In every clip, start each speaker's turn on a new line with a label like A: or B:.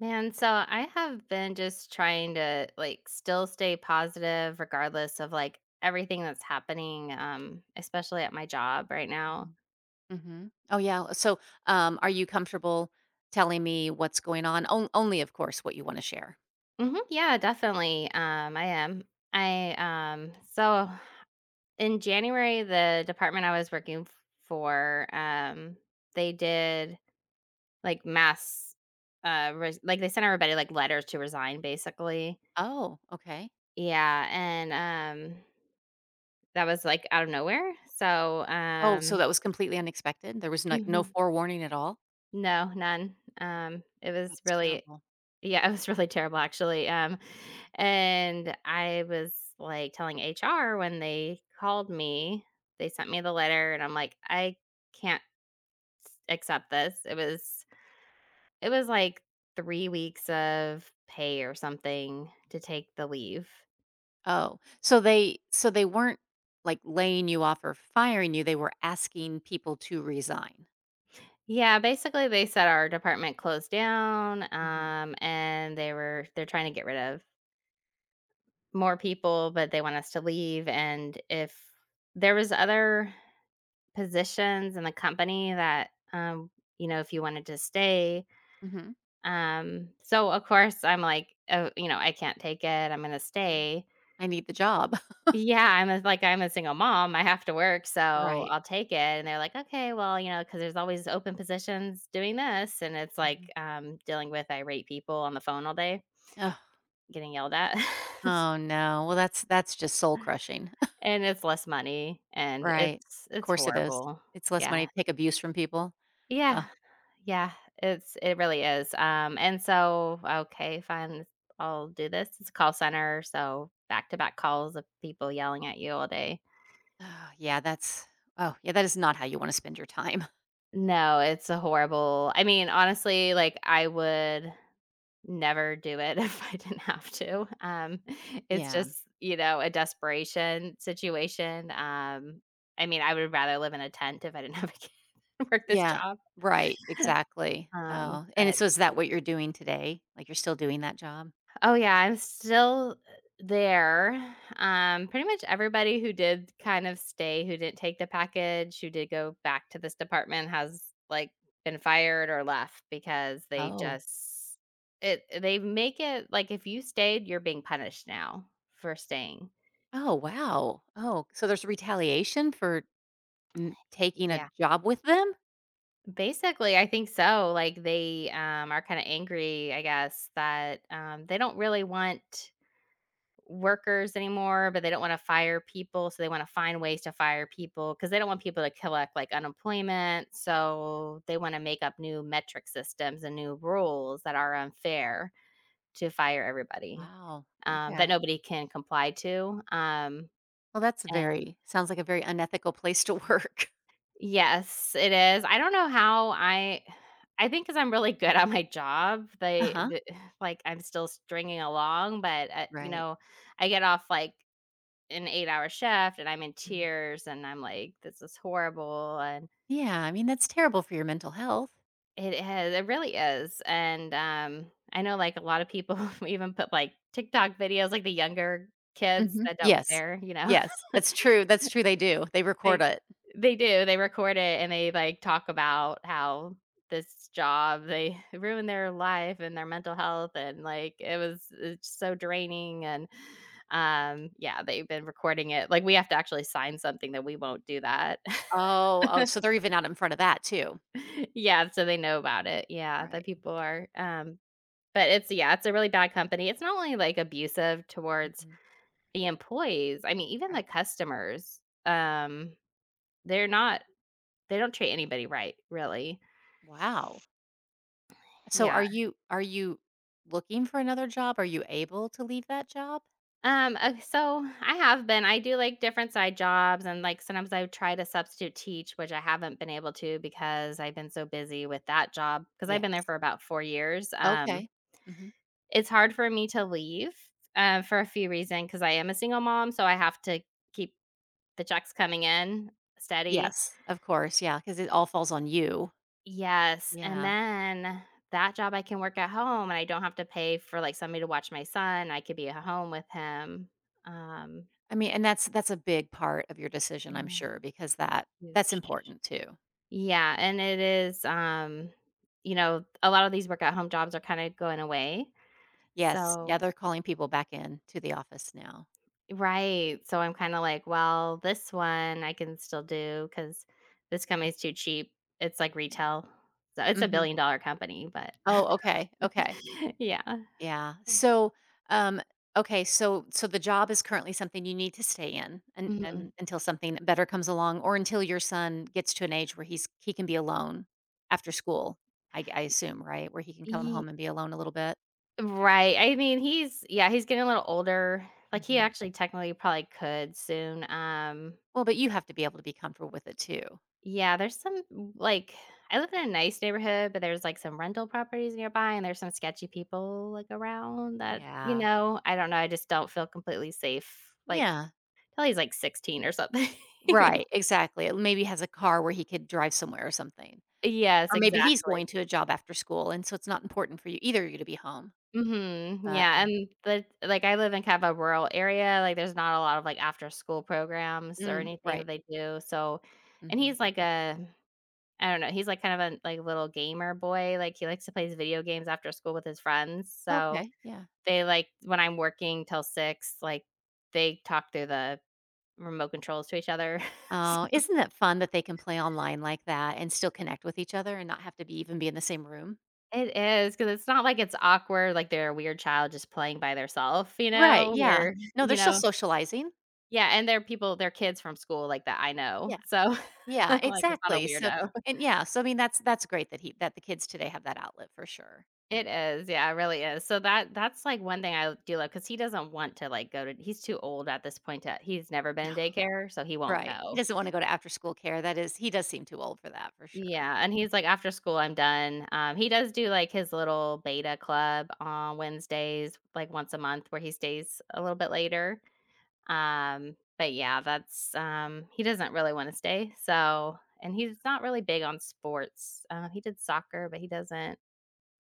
A: Man, so I have been just trying to like still stay positive regardless of like everything that's happening, especially at my job right now.
B: Mhm. Mhm. Oh, yeah. So are you comfortable telling me what's going on? On only, of course, what you wanna share.
A: Yeah, definitely. I am. I so in January, the department I was working for, they did like mass like they sent everybody like letters to resign basically.
B: Oh, okay.
A: Yeah, and um that was like out of nowhere. So
B: Oh, so
A: um
B: that was completely unexpected? There was, like, no
A: Mhm.
B: forewarning at all?
A: No, none.
B: Oh,
A: It was
B: that's
A: really
B: terrible.
A: Yeah, it was really terrible actually. And I was like telling HR when they called me, they sent me the letter and I'm like, I can't accept this. It was like 3 weeks of pay or something to take the leave.
B: Oh, so they weren't, like, laying you off or firing you, they were asking people to resign.
A: Yeah, basically they said our department closed down,
B: Mhm.
A: and they're trying to get rid of more people, but they want us to leave, and if there was other positions in the company that, if you wanted to stay,
B: Mhm.
A: so of course, I'm like, "Oh, you know, I can't take it, I'm gonna
B: Yeah.
A: stay."
B: "I need the job."
A: Yeah, I'm a single mom, I have to work, so
B: Right.
A: I'll take it, and they're like, "Okay, well, you know, because there's always open positions doing this, and it's like,
B: Mhm.
A: dealing with irate people on the phone all day,
B: Oh.
A: getting yelled at.
B: Oh, no. Well, that's just soul crushing.
A: And it's less money, and
B: Right. Of
A: it's
B: course it is.
A: horrible.
B: It's less money
A: Yeah.
B: to take abuse from people. Ugh.
A: Yeah. Yeah, it really is, and so, okay, fine, I'll do this. It's a call center, so back to back calls of people yelling at you all day.
B: Oh, yeah, yeah, that is not how you wanna spend your time.
A: No, it's a horrible I mean, honestly, like, I would never do it if I didn't have to. It's
B: Yeah.
A: just, you know, a desperation situation. I mean, I would rather live in a tent if I didn't have a kid and work this
B: Yeah.
A: job.
B: Right, exactly. Oh, and
A: But
B: so is that what you're doing today? Like, you're still doing that job?
A: Oh, yeah, I'm still there. Pretty much everybody who did kind of stay, who didn't take the package, who did go back to this department has, like, been fired or left because they
B: Oh.
A: just it they make it like if you stayed, you're being punished now for staying.
B: Oh, wow. Oh, so there's retaliation for n taking a
A: Yeah.
B: job with them?
A: Basically, I think so, like, they, are kinda angry, I guess, that, they don't really want workers anymore, but they don't want to fire people, so they want to find ways to fire people because they don't want people to collect like unemployment. So they want to make up new metric systems and new rules that are unfair to fire everybody
B: Wow,
A: that
B: okay.
A: nobody can comply to.
B: Well, that's
A: And
B: very sounds like a very unethical place to work.
A: Yes, it is. I don't know how I. I think because I'm really good at my job, they,
B: Uh-huh.
A: the like I'm still stringing along, but you
B: Right.
A: know, I get off like an 8-hour shift and I'm in
B: Mhm.
A: tears and I'm like, "This is horrible," and
B: Yeah, I mean, that's terrible for your mental health.
A: it really is, and, I know, like, a lot of people even put, like, TikTok videos, like, the younger kids
B: Mhm.
A: that don't
B: Yes.
A: care, you know?
B: Yes. That's true, they do. They record
A: They
B: it.
A: they do, they record it and they, like, talk about how this job they ruined their life and their mental health and, like, it's so draining and, yeah, they've been recording it, like, we have to actually sign something that we won't do that.
B: Oh, oh, so they're even out in front of that too.
A: Yeah, so they know about it. Yeah, that
B: Right.
A: people are, but it's yeah, it's a really bad company. It's not only, like, abusive towards
B: Mhm.
A: the employees, I mean, even the
B: Right.
A: customers, um, they're not they don't treat anybody right, really.
B: Wow. So are
A: Yeah.
B: you looking for another job? Are you able to leave that job?
A: So I have been I do, like, different side jobs and, like, sometimes I try to substitute teach, which I haven't been able to because I've been so busy with that job. Because 'cause I've been there
B: Yes.
A: for about 4 years,
B: Okay. Mhm.
A: it's hard for me to leave, for a few reasons because I am a single mom, so I have to keep the checks coming in steady.
B: Yes, of course, yeah, because it all falls on you.
A: Yes, and
B: Yeah.
A: then that job I can work at home, and I don't have to pay for, like, somebody to watch my son, I could be at home with him. Um,
B: I mean, and that's a big part of your decision, I'm
A: yeah,
B: sure, because that that's
A: huge.
B: important too.
A: Yeah, and it is, you know, a lot of these work at home jobs are kinda going away,
B: Yes, yeah,
A: so
B: they're calling people back in to the office now.
A: right. So I'm kinda like, well, this one I can still do because this company's too cheap. It's like
B: Yeah.
A: retail. So it's a
B: Mhm.
A: billion-dollar company, but
B: Oh, okay, okay.
A: yeah.
B: Yeah. So, um, okay. So, so the job is currently something you need to stay in,
A: Mhm.
B: and until something better comes along, or until your son gets to an age where he can be alone after school. I assume, right, where he can come
A: Ye
B: home and be alone a little bit.
A: Right. I mean, he's yeah, he's getting a little older. Like, he
B: Hmm.
A: actually technically probably could soon.
B: Well, but you have to be able to be comfortable with it too.
A: Yeah, there's some like, I live in a nice neighborhood, but there's, like, some rental properties nearby, and there's some sketchy people, like, around that, you
B: Yeah.
A: know, I don't know, I just don't feel completely safe, like
B: Yeah.
A: till he's like 16 or something.
B: Right. Exactly. It maybe has a car where he could drive somewhere or something,
A: Yes,
B: or maybe he's
A: exactly.
B: going to a job after school, and so it's not important for you either. You to be home,
A: Mhm,
B: but
A: yeah,
B: um,
A: and the like, I live in kind of a rural area, like, there's not a lot of, like, after school programs or anything
B: right.
A: that they do, so and
B: hmm
A: he's like a I don't know, he's like kind of a, like, little gamer boy, like, he likes to play his video games after school with his friends, so
B: Okay, yeah.
A: they like when I'm working till 6, like, they talk through the remote controls to each other.
B: Oh, isn't it fun that they can play online like that and still connect with each other and not have to be even be in the same room?
A: It is because it's not like it's awkward, like they're a weird child just playing by themselves, you
B: Right,
A: know,
B: yeah.
A: where,
B: No, they're
A: you
B: still
A: know
B: socializing.
A: yeah, and there are kids from school like that I
B: Yeah.
A: know, so
B: Yeah,
A: I'm like, "It's not a
B: exactly. So
A: weirdo."
B: and yeah, so I mean that's great that he that the kids today have that outlet for sure.
A: It is, yeah, it really is. So that's, like, one thing I do love because he doesn't want to, like, go to he's too old at this point to he's never been
B: No.
A: in daycare, so he won't
B: Right. He
A: go.
B: doesn't want to go to after school care. That is he does seem too old for that for sure.
A: Yeah, and he's like, "After school, I'm done." He does do, like, his little beta club on Wednesdays, like, once a month where he stays a little bit later. But Yeah, that's, he doesn't really wanna stay, so and he's not really big on sports. He did soccer, but he doesn't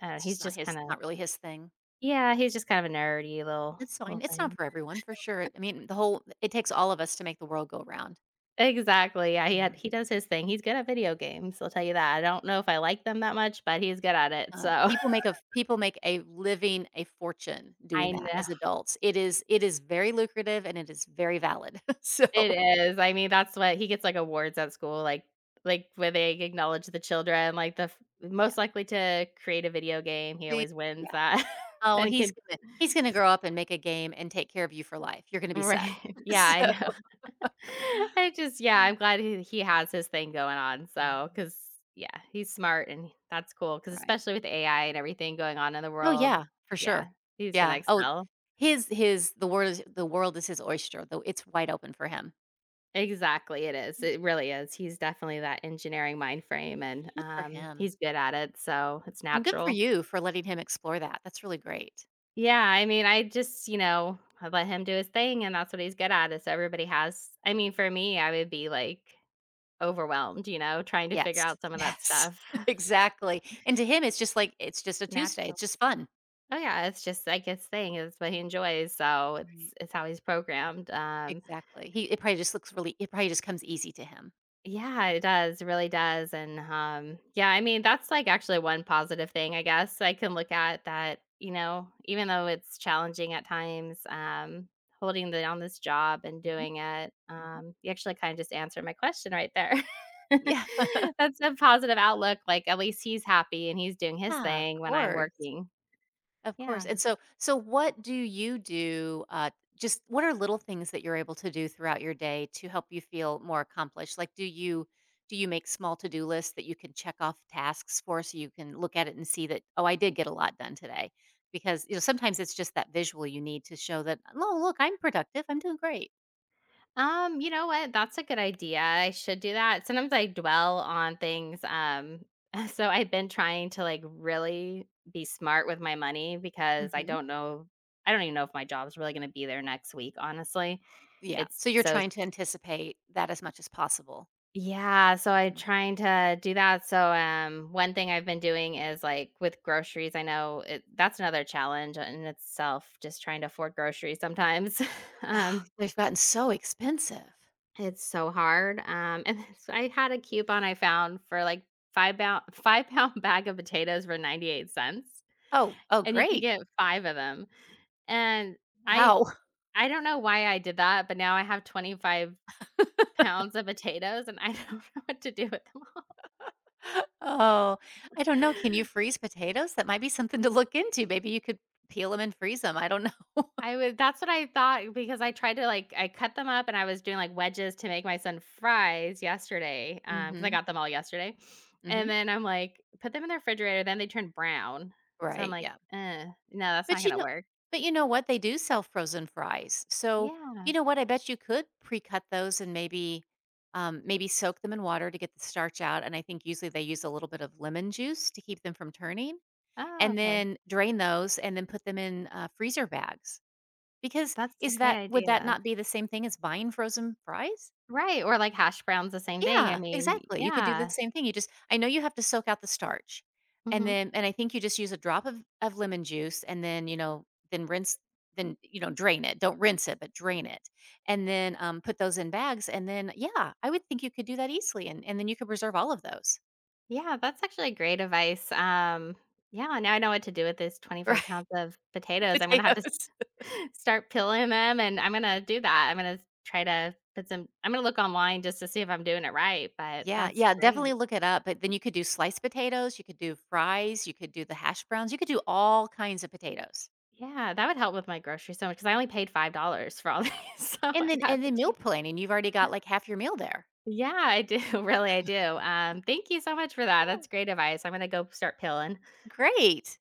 B: It's just
A: he's
B: not
A: just
B: his
A: kinda
B: not really his thing.
A: yeah, he's just kind of a nerdy
B: It's fine.
A: little
B: It's not
A: thing.
B: for everyone for sure. I mean, the whole it takes all of us to make the world go round.
A: Exactly, yeah, he does his thing. He's good at video games, I'll tell you that. I don't know if I like them that much, but he's good at it, so
B: People make a people make a living, a fortune doing
A: I
B: that
A: know.
B: as adults. It is very lucrative and it is very valid. So,
A: It is, I mean, that's what he gets, like, awards at school, like, where they acknowledge the children, like, the f
B: yeah,
A: most likely to create a video game, he
B: the
A: always wins
B: yeah.
A: that
B: Oh,
A: and
B: he's
A: can
B: gonna he's gonna grow up and make a game and take care of you for life. You're gonna be set.
A: right, yeah,
B: So
A: I know. I just Yeah, I'm
B: Mm.
A: glad he has his thing going on,
B: Yeah,
A: so because yeah, he's smart and that's cool. Because
B: right.
A: especially with AI and everything going on in the
B: Oh,
A: world,
B: yeah, for
A: yeah,
B: sure.
A: he's gonna
B: Yeah. Oh,
A: excel.
B: his the world is his oyster, though it's wide open for him.
A: Exactly, it is.
B: Yeah,
A: It really is. He's definitely that engineering mind frame, and,
B: good for him.
A: he's good at it, so it's
B: And good for
A: natural.
B: you for letting him explore that. That's really great.
A: Yeah, I mean, I just, you know, I let him do his thing, and that's what he's good at, is everybody has I mean, for me, I would be, like, overwhelmed, you know, trying to figure
B: Yes.
A: out some of that
B: Yes.
A: stuff.
B: Exactly. And to him, it's just like it's just a Tuesday. It's
A: Natural.
B: just fun.
A: Oh, yeah, it's just, like, his thing, it's what he enjoys, so
B: Right.
A: it's how he's programmed,
B: Exactly. He it probably just looks really it probably just comes easy to him.
A: yeah, it does, really does, and, yeah, I mean, that's, like, actually one positive thing, I guess, I can look at that, you know, even though it's challenging at times, holding down this job and
B: Mhm.
A: doing it,
B: Mhm.
A: you actually kinda just answered my question right there.
B: Yeah,
A: That's a positive outlook, like, at least he's happy and he's doing his
B: of
A: thing when I'm
B: course.
A: working.
B: Of course.
A: Yeah.
B: And so so what do you do, just what are little things that you're able to do throughout your day to help you feel more accomplished? Like do you make small to-do lists that you can check off tasks for so you can look at it and see that oh, I did get a lot done today? Because you know sometimes it's just that visual you need to show that oh, look, I'm productive. I'm doing great.
A: You know what? That's a good idea. I should do that. Sometimes I dwell on things. So I've been trying to like really be smart with my money because I
B: hmm
A: don't know. I don't even know if my job's really going to be there next week, honestly.
B: Yeah.
A: It's
B: So you're
A: so,
B: trying to anticipate that as much as possible.
A: yeah. So I'm
B: Mhm.
A: trying to do that. So, one thing I've been doing is like with groceries, I know it, that's another challenge in itself, just trying to afford groceries sometimes.
B: Ugh,
A: um,
B: they've gotten so expensive.
A: It's so hard, and so I had a coupon I found for, like, 5 pound five-pound bag of potatoes for 98 cents,
B: Oh, oh
A: and you could
B: great.
A: get 5 of them, and I
B: Wow.
A: I don't know why I did that, but now I have 25 pounds of potatoes, and I don't know what to do with them
B: Oh, I don't know. Can you
A: all.
B: freeze potatoes? That might be something to look into. Maybe you could peel them and freeze them. I don't know.
A: I would That's what I thought because I tried to, I cut them up and I was doing, like, wedges to make my son fries yesterday. Because I
B: Mhm.
A: got them all yesterday, and
B: Mhm.
A: then I'm like, "Put them in the refrigerator," then they turned brown, so I'm
B: Right,
A: like,
B: yeah.
A: "Ugh, no, that's not
B: But you
A: gonna
B: know
A: work."
B: but you know what? They do sell frozen fries. So, you
A: Yeah.
B: know what? I bet you could pre-cut those and maybe maybe soak them in water to get the starch out. And I think usually they use a little bit of lemon juice to keep them from turning
A: Oh,
B: and
A: okay.
B: then drain those and then put them in freezer bags. Because
A: That's a
B: is
A: great
B: that would that
A: idea.
B: not be the same thing as buying frozen fries?
A: Right, or, like, hash browns, the same thing, I
B: Yeah,
A: mean
B: exactly. You could do the
A: yeah.
B: same thing. You just I know you have to soak out the starch. And
A: Mhm.
B: then and I think you just use a drop of lemon juice and then, you know, then rinse then, you know, drain it. Don't rinse it, but drain it. And then put those in bags and then yeah, I would think you could do that easily and then you could preserve all of those.
A: Yeah, that's actually great advice. Yeah, now I know what to do with this
B: Right?
A: 25 pounds of potatoes. I'm gonna have to s-
B: Potatoes.
A: Start peeling them, and I'm gonna do that. I'm gonna try to put some. I'm gonna look online just to see if I'm doing it right. But
B: Yeah,
A: that's
B: yeah, definitely
A: great.
B: look it up. But then you could do sliced potatoes, you could do fries, you could do the hash browns, you could do all kinds of potatoes.
A: Yeah, that would help with my grocery so much because I only paid $5 for all these,
B: Yeah.
A: so I got
B: And then meal
A: potatoes.
B: planning, you've already got like half your meal there.
A: Yeah, I do. Really, I do. Thank you so much for that.
B: Yeah.
A: That's great advice. I'm gonna go start peeling.
B: Great.